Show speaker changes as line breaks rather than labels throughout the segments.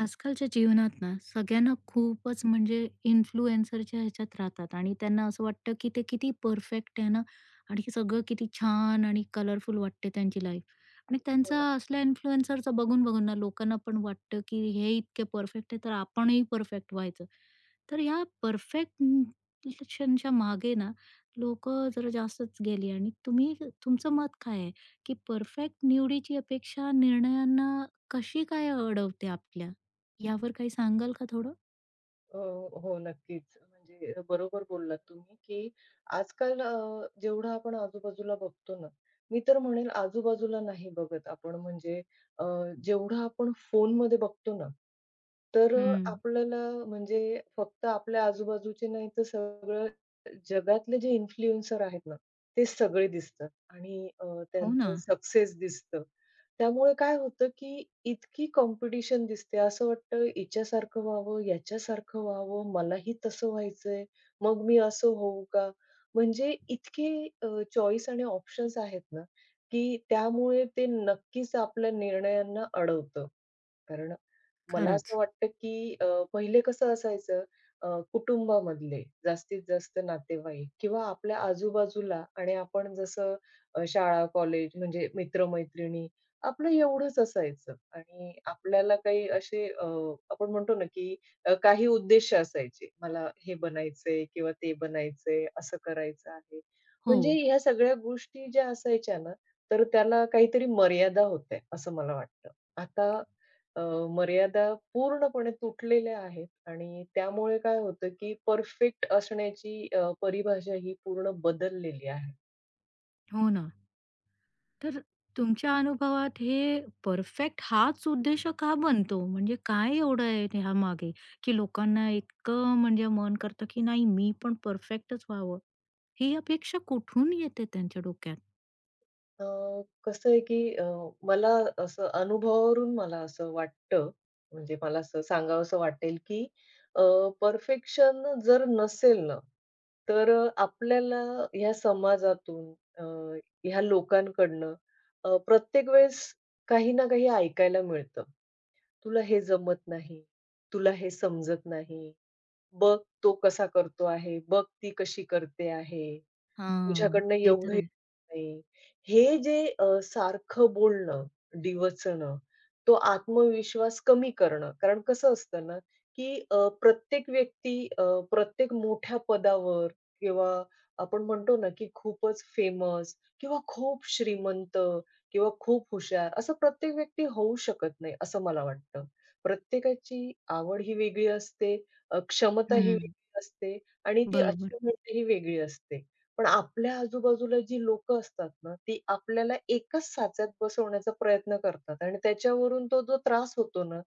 आजकालच्या जीवनात ना सगळ्यांना खूपच म्हणजे इन्फ्लुएन्सरच्या ह्याच्यात राहतात आणि त्यांना असं वाटतं की ते किती परफेक्ट आहे ना. आणि सगळं किती छान आणि कलरफुल वाटते त्यांची लाईफ. आणि त्यांचा असल्या इन्फ्लुएन्सरचं बघून बघून ना लोकांना पण वाटतं की हे इतके परफेक्ट आहे तर आपणही परफेक्ट व्हायचं. तर ह्या परफेक्शनच्या मागे ना लोकं जरा जास्तच गेली. आणि तुमचं मत काय आहे, की परफेक्ट निवडीची अपेक्षा निर्णयांना कशी काय अडवते आपल्या? यावर काही सांगाल का थोडं?
हो, नक्कीच. म्हणजे बरोबर बोललात तुम्ही, की आजकाल जेवढं आपण आजूबाजूला बघतो ना, मी तर म्हणेल आजूबाजूला नाही बघत आपण म्हणजे अ, जेवढं आपण फोनमध्ये बघतो ना, तर
हं.
आपल्याला म्हणजे फक्त आपल्या आजूबाजूचे नाही तर सगळं जगातले जे इन्फ्लुएन्सर आहेत ना, ते सगळे दिसतात आणि
हो ना.
त्यांचं सक्सेस दिसतं. त्यामुळे काय होतं, की इतकी कॉम्पिटिशन दिसते. असं वाटतं हिच्यासारखं व्हावं, याच्यासारखं व्हावं, मलाही तसं व्हायचंय, मग मी असं होऊ का? म्हणजे इतके अ, चॉईस आणि ऑप्शन्स आहेत ना, की त्यामुळे ते नक्कीच आपल्या निर्णयांना अडवतं. कारण मला असं
खरंच.
वाटतं, की पहिले कसं असायचं, अ, कुटुंबामधले जास्तीत जास्त नातेवाईक किंवा आपल्या आजूबाजूला आणि आपण जसं शाळा, कॉलेज म्हणजे मित्र-मैत्रिणी आपलं एवढंच असायचं आणि आपल्याला काही असे आपण म्हणतो ना, की काही उद्देश असायचे. मला हे बनायचंय किंवा ते बनायचंय, असं करायचं आहे.
हो.
म्हणजे ह्या सगळ्या गोष्टी ज्या असायच्या ना, तर त्याला काहीतरी मर्यादा होत्या, असं मला वाटतं. आता अ, मर्यादा पूर्णपणे तुटलेल्या आहेत आणि त्यामुळे काय होतं, की परफेक्ट असण्याची परिभाषा ही पूर्ण बदललेली आहे.
हो ना. तर तुमच्या अनुभवात हे परफेक्ट हाच उद्देश का बनतो? म्हणजे काय एवढं आहे ह्यामागे, की लोकांना इतकं म्हणजे मन करतं, की नाही मी पण परफेक्टच व्हावं. ही अपेक्षा कुठून येते त्यांच्या डोक्यात?
अ, कसं आहे, की मला असं अनुभवावरून मला असं वाटतं, म्हणजे मला असं सांगावसं वाटेल, की परफेक्शन जर नसेल ना, तर आपल्याला ह्या समाजातून, अ, ह्या लोकांकडनं, प्रत्येक वेळेस काही ना काही ऐकायला मिळतं. तुला हे जमत नाही, तुला हे समजत नाही. बघ तो कसा करतो आहे, बघ ती कशी करते आहे.
हां.
तुझ्याकडनं
ते तर
एवढंही
आहे.
नाही. हे जे सारखं बोलणं, डिवचणं, तो आत्मविश्वास कमी करणं. कारण कसं असतं ना, की प्रत्येक व्यक्ती, प्रत्येक मोठ्या पदावर किंवा आपण म्हणतो ना, की खूपच फेमस किंवा खूप श्रीमंत किंवा खूप हुशार असं प्रत्येक व्यक्ती होऊ शकत नाही, असं मला वाटतं. प्रत्येकाची आवड ही वेगळी असते, क्षमता ही
हं.
वेगळी असते आणि ती
बरोबर.
अचिव्हमेंट ही वेगळी असते. पण आपल्या आजूबाजूला जी लोकं असतात ना, ती आपल्याला एकाच साच्यात बसवण्याचा प्रयत्न करतात आणि त्याच्यावरून तो जो त्रास होतो ना,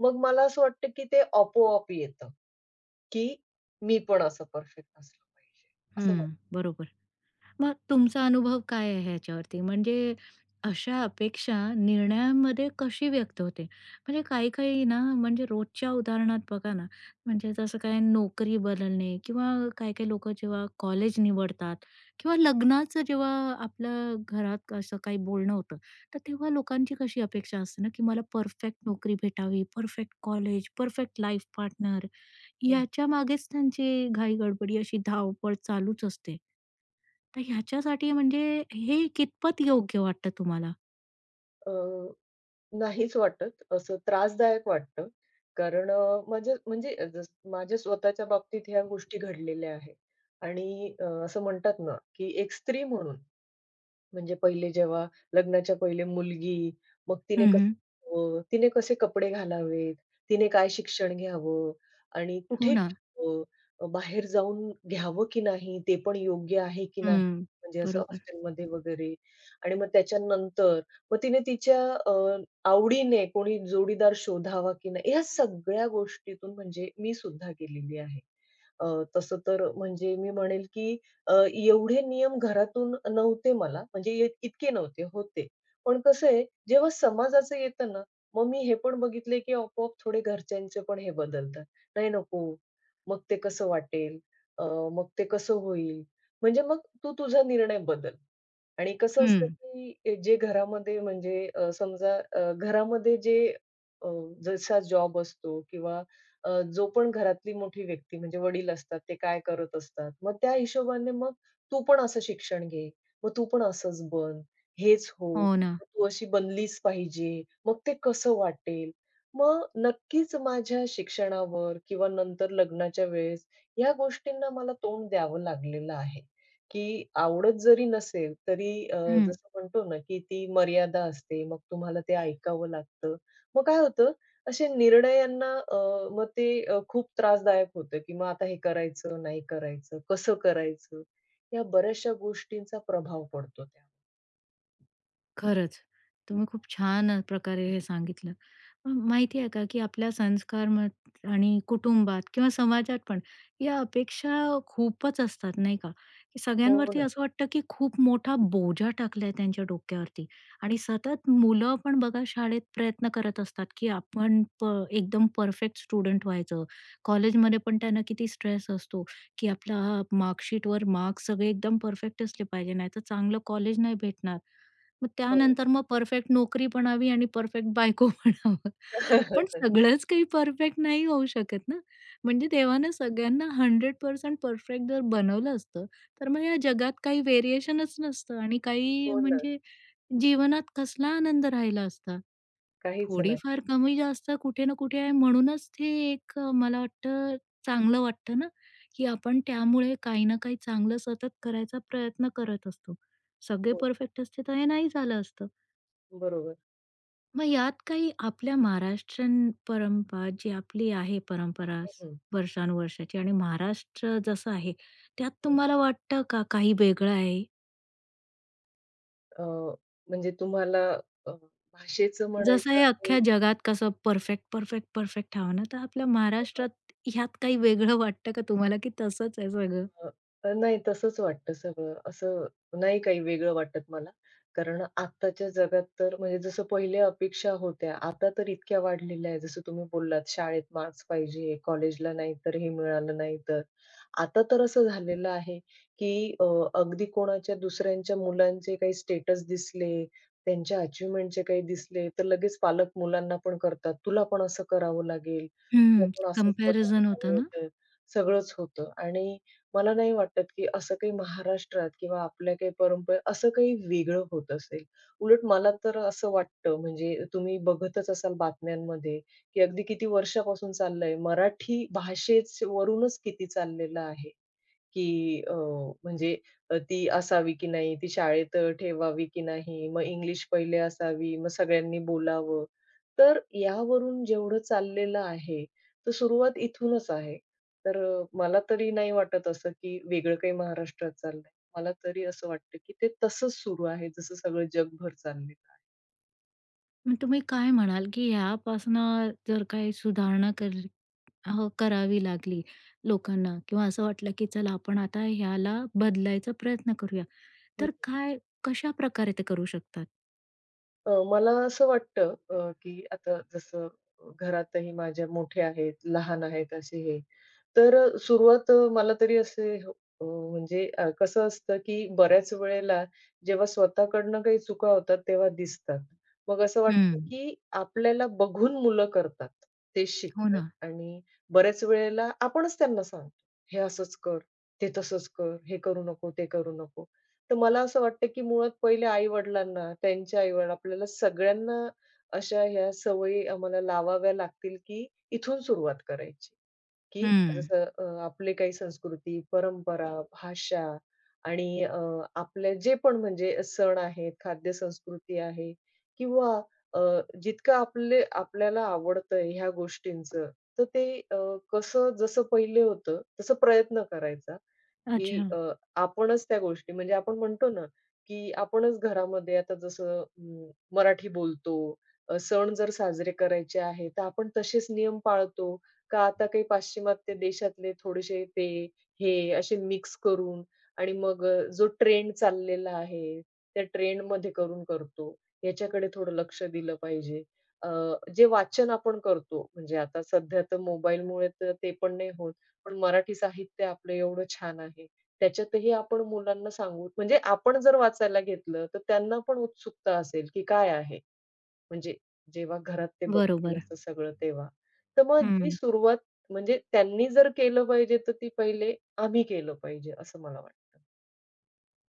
मग मला असं वाटतं, की ते आपोआप येतं, की मी पण असं परफेक्ट असलं पाहिजे. असं मला
हं. बरोबर. मग तुमचा अनुभव काय आहे ह्याच्यावरती? म्हणजे अशा अपेक्षा निर्णयांमध्ये कशी व्यक्त होते? म्हणजे काही-काही ना, म्हणजे रोजच्या उदाहरणात बघा ना, म्हणजे जसं काय नोकरी बदलणे किंवा काही-काही लोकं जेव्हा कॉलेज निवडतात किंवा लग्नाचं जेव्हा आपलं घरात असं काही बोलणं होतं, तर तेव्हा लोकांची कशी अपेक्षा असते ना, की मला परफेक्ट नोकरी भेटावी, perfect college, perfect life partner
हं.
याच्यामागेच त्यांची घाई-गडबडी अशी धावपळ चालूच असते. तर ह्याच्यासाठी म्हणजे हे कितपत योग्य वाटतं तुम्हाला?
अ, नाहीच वाटत. असं त्रासदायक वाटतं. कारण माझ्या म्हणजे जस माझ्या स्वतःच्या बाबतीत ह्या गोष्टी घडलेल्या आहेत आणि असं म्हणतात ना, की एक स्त्री म्हणून म्हणजे पहिले जेव्हा लग्नाच्या पहिले मुलगी, मग तिने
हं,
कसं,
हं.
तिने कसे कपडे घालावेत, तिने काय शिक्षण घ्यावं आणि
हो
कुठे
ना.
घ्यावं, बाहेर जाऊन घ्यावं की नाही, ते पण योग्य आहे की नाही,
हं.
म्हणजे असं
बरोबर.
हॉस्टेलमध्ये वगैरे. आणि मग त्याच्यानंतर मग तिने तिच्या अ, आवडीने कोणी जोडीदार शोधावा की नाही, ह्या सगळ्या गोष्टीतून म्हणजे मी सुद्धा गेलेली आहे. अ, तसं तर म्हणजे मी म्हणेल की एवढे नियम घरातून नव्हते मला, म्हणजे इतके नव्हते, होते. पण कसं आहे, जेव्हा समाजाचं येतं ना, मग मी हे पण बघितलंय, की आपोआप थोडे घरच्यांचे पण हे बदलतात. "नाही नको, मग ते कसं वाटेल? अ, मग ते कसं होईल?" म्हणजे मग तू तुझा निर्णय बदल. आणि कसं असतं,
हं.
की जे घरामध्ये म्हणजे समजा घरामध्ये जे अ, जसा जॉब असतो किंवा जो पण घरातली मोठी व्यक्ती म्हणजे वडील असतात, ते काय करत असतात. मग त्या हिशोबाने मग तू पण असं शिक्षण घे, मग तू पण असंच बन, हेच हो,
हो ना.
मग तू अशी बनलीच पाहिजे, मग ते कसं वाटेल? मग नक्कीच माझ्या शिक्षणावर किंवा नंतर लग्नाच्या वेळेस, ह्या गोष्टींना मला तोंड द्यावं लागलेलं आहे. की आवडत जरी नसेल तरी हं. जसं म्हणतो ना, की ती मर्यादा असते. मग तुम्हाला ते ऐकावं लागतं. मग काय होतं असे निर्णयांना, मग ते खूप त्रासदायक होतं, की मग आता हे करायचं, नाही करायचं, कसं करायचं? या बऱ्याचशा गोष्टींचा प्रभाव पडतो त्यावर.
खरंच. तुम्ही खूप छान प्रकारे हे सांगितलं. माहिती आहे का, की आपल्या संस्कार मग आणि कुटुंबात किंवा समाजात पण या अपेक्षा खूपच असतात, नाही का? की
हो
सगळ्यांवरती
ना.
असं वाटतं, की खूप मोठा बोजा टाकलाय त्यांच्या डोक्यावरती. आणि सतत मुलं पण बघा शाळेत प्रयत्न करत असतात, की आपण एकदम परफेक्ट स्टुडंट व्हायचं. कॉलेजमध्ये पण त्यांना किती स्ट्रेस असतो, की आपला मार्कशीटवर मार्क्स सगळे एकदम परफेक्ट असले पाहिजे, नाहीतर चांगलं कॉलेज नाही भेटणार. मग
हो.
त्यानंतर मग परफेक्ट नोकरी पण हवी आणि परफेक्ट बायको पण हवं. पण सगळंच काही परफेक्ट नाही होऊ शकत ना. म्हणजे देवानं सगळ्यांना 100% परफेक्ट जर बनवलं असतं, तर मग या जगात काही व्हेरिएशनच नसतं आणि काही
हो ना.
म्हणजे जीवनात कसला आनंद राहिला असता.
काहीच नाही.
थोडीफार कमी-जास्त कुठे ना कुठे आहे म्हणूनच ते एक मला वाटतं चांगलं वाटतं ना, की आपण त्यामुळे काही ना काही चांगलं सतत करायचा प्रयत्न करत असतो. सगळे
हो,
परफेक्ट असते तर हे नाही झालं असतं.
बरोबर.
मग यात काही आपल्या महाराष्ट्रीयन परंपरा जी आपली आहे परंपरा
हं,
वर्षानुवर्षाची आणि महाराष्ट्र जसं आहे, त्यात
हं.
तुम्हाला वाटतं का काही वेगळं आहे?
अ, म्हणजे तुम्हाला अ, भाषेचं
जसं
म्हणायचं
हे
आहे?
अख्ख्या जगात कसं परफेक्ट, परफेक्ट, परफेक्ट हवं ना, तर आपल्या महाराष्ट्रात ह्यात काही वेगळं वाटतं का तुम्हाला, की तसंच आहे सगळं?
अ, नाही तसंच वाटतं सगळं. असं नाही काही वेगळं वाटत मला. कारण आत्ताच्या जगात तर म्हणजे जसं पहिले अपेक्षा होत्या, आता तर इतक्या वाढलेल्या आहेत. जसं तुम्ही बोललात शाळेत मार्क्स पाहिजे, कॉलेजला नाही तर हे मिळालं नाही तर. आता तर असं झालेलं आहे, की अगदी कोणाच्या दुसऱ्यांच्या मुलांचे काही स्टेटस दिसले, त्यांच्या अचीव्हमेंटचे काही दिसले, तर लगेच पालक मुलांना पण करतात. तुला पण असं करावं लागेल, तुला
हं.
पण असंच बनावं
कंपॅरिझन होतं
लागेल.
ना?
तर सगळंच होतं आणि मला नाही वाटत, की असं काही महाराष्ट्रात किंवा आपल्या काही परंपरेत असं काही वेगळं होत असेल. उलट मला तर असं वाटतं म्हणजे तुम्ही बघतच असाल बातम्यांमध्ये, की अगदी किती वर्षापासून चाललंय. मराठी भाषेच वरूनच किती चाललेलं आहे, की म्हणजे ती असावी की नाही, ती शाळेत ठेवावी की नाही, मग इंग्लिश पहिले असावी, मग सगळ्यांनी बोलावं. तर यावरून जेवढं चाललेलं आहे, तर सुरुवात इथूनच आहे. तर मला तरी नाही वाटत असं, की वेगळं काही महाराष्ट्रात चाललंय. मला तरी असं वाटतं, की ते तसंच सुरू आहे, जसं सगळं जगभर चाललेलं
मग तुम्ही काय म्हणाल, की ह्यापासनं जर काही अ, करावी लागली लोकांना किंवा असं वाटलं, की चला आपण आता ह्याला बदलायचा प्रयत्न करूया, तर
आहे.
काय कशाप्रकारे ते करू शकतात?
मला असं वाटतं, की आता जसं घरातही माझ्या मोठे आहेत, लहान आहेत असे हे, तर सुरुवात मला तरी असे हो, अ, म्हणजे कसं असतं, की बऱ्याच वेळेला जेव्हा स्वतःकडनं काही चुका होतात तेव्हा दिसतात. मग असं
हं.
वाटतं, की आपल्याला बघून मुलं करतात. ते
हो
शिकतात
ना.
आणि बऱ्याच वेळेला आपणच त्यांना सांगतो, "हे असंच कर, ते तसंच कर, हे करू नको, ते करू नको." तर मला असं वाटतं, की मुळात पहिले आई-वडिलांना, त्यांच्या आई-वडिलांना, आपल्याला सगळ्यांना अशा ह्या सवयी आम्हाला लावाव्या लागतील, की इथून सुरुवात करायची. की
हं.
जसं आपले काही संस्कृती, परंपरा, भाषा आणि आपले जे पण म्हणजे सण आहेत, खाद्य संस्कृती आहे किंवा अ, जितकं आपले आपल्याला आवडतंय ह्या गोष्टींचं, तर ते कसं जसं पहिले होतं तसं प्रयत्न करायचा. की
अच्छा.
आपणच त्या गोष्टी म्हणजे आपण म्हणतो ना, की आपणच घरामध्ये आता जसं मराठी बोलतो, सण जर साजरे करायचे आहे, तर आपण तसेच नियम पाळतो का आता काही पाश्चिमात्य देशातले थोडेसे ते, हे असे मिक्स करून आणि मग जो ट्रेंड चाललेला आहे, त्या ट्रेंडमध्ये करून करतो. याच्याकडे थोडं लक्ष दिलं पाहिजे. अ, जे वाचन आपण करतो, म्हणजे आता सध्या तर मोबाईलमुळे तर ते पण नाही होत, पण मराठी साहित्य आपलं एवढं छान आहे. त्याच्यातही आपण मुलांना सांगू म्हणजे आपण जर वाचायला घेतलं, तर त्यांना पण उत्सुकता असेल, की काय आहे? म्हणजे जेव्हा घरात ते बघतील
बरोबर.
असं सगळं तेव्हा. तर मग जी
हं.
सुरुवात म्हणजे त्यांनी जर केलं पाहिजे, तर ती पहिले आम्ही केलं पाहिजे असं मला वाटतं.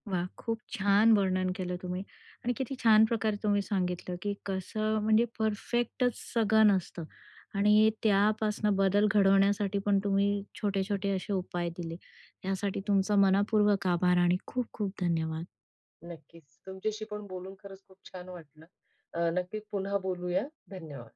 वा, खूप छान वर्णन केलं तुम्ही आणि किती छान प्रकारे तुम्ही सांगितलं, की कसं म्हणजे परफेक्टच सगळं नसतं आणि त्यापासनं बदल घडवण्यासाठी पण तुम्ही छोटे-छोटे असे उपाय दिले. त्यासाठी तुमचा मनःपूर्वक आभार आणि खूप-खूप धन्यवाद.
नक्कीच. तुमच्याशी पण बोलून खरंच खूप छान वाटलं. नक्की पुन्हा बोलूया. धन्यवाद.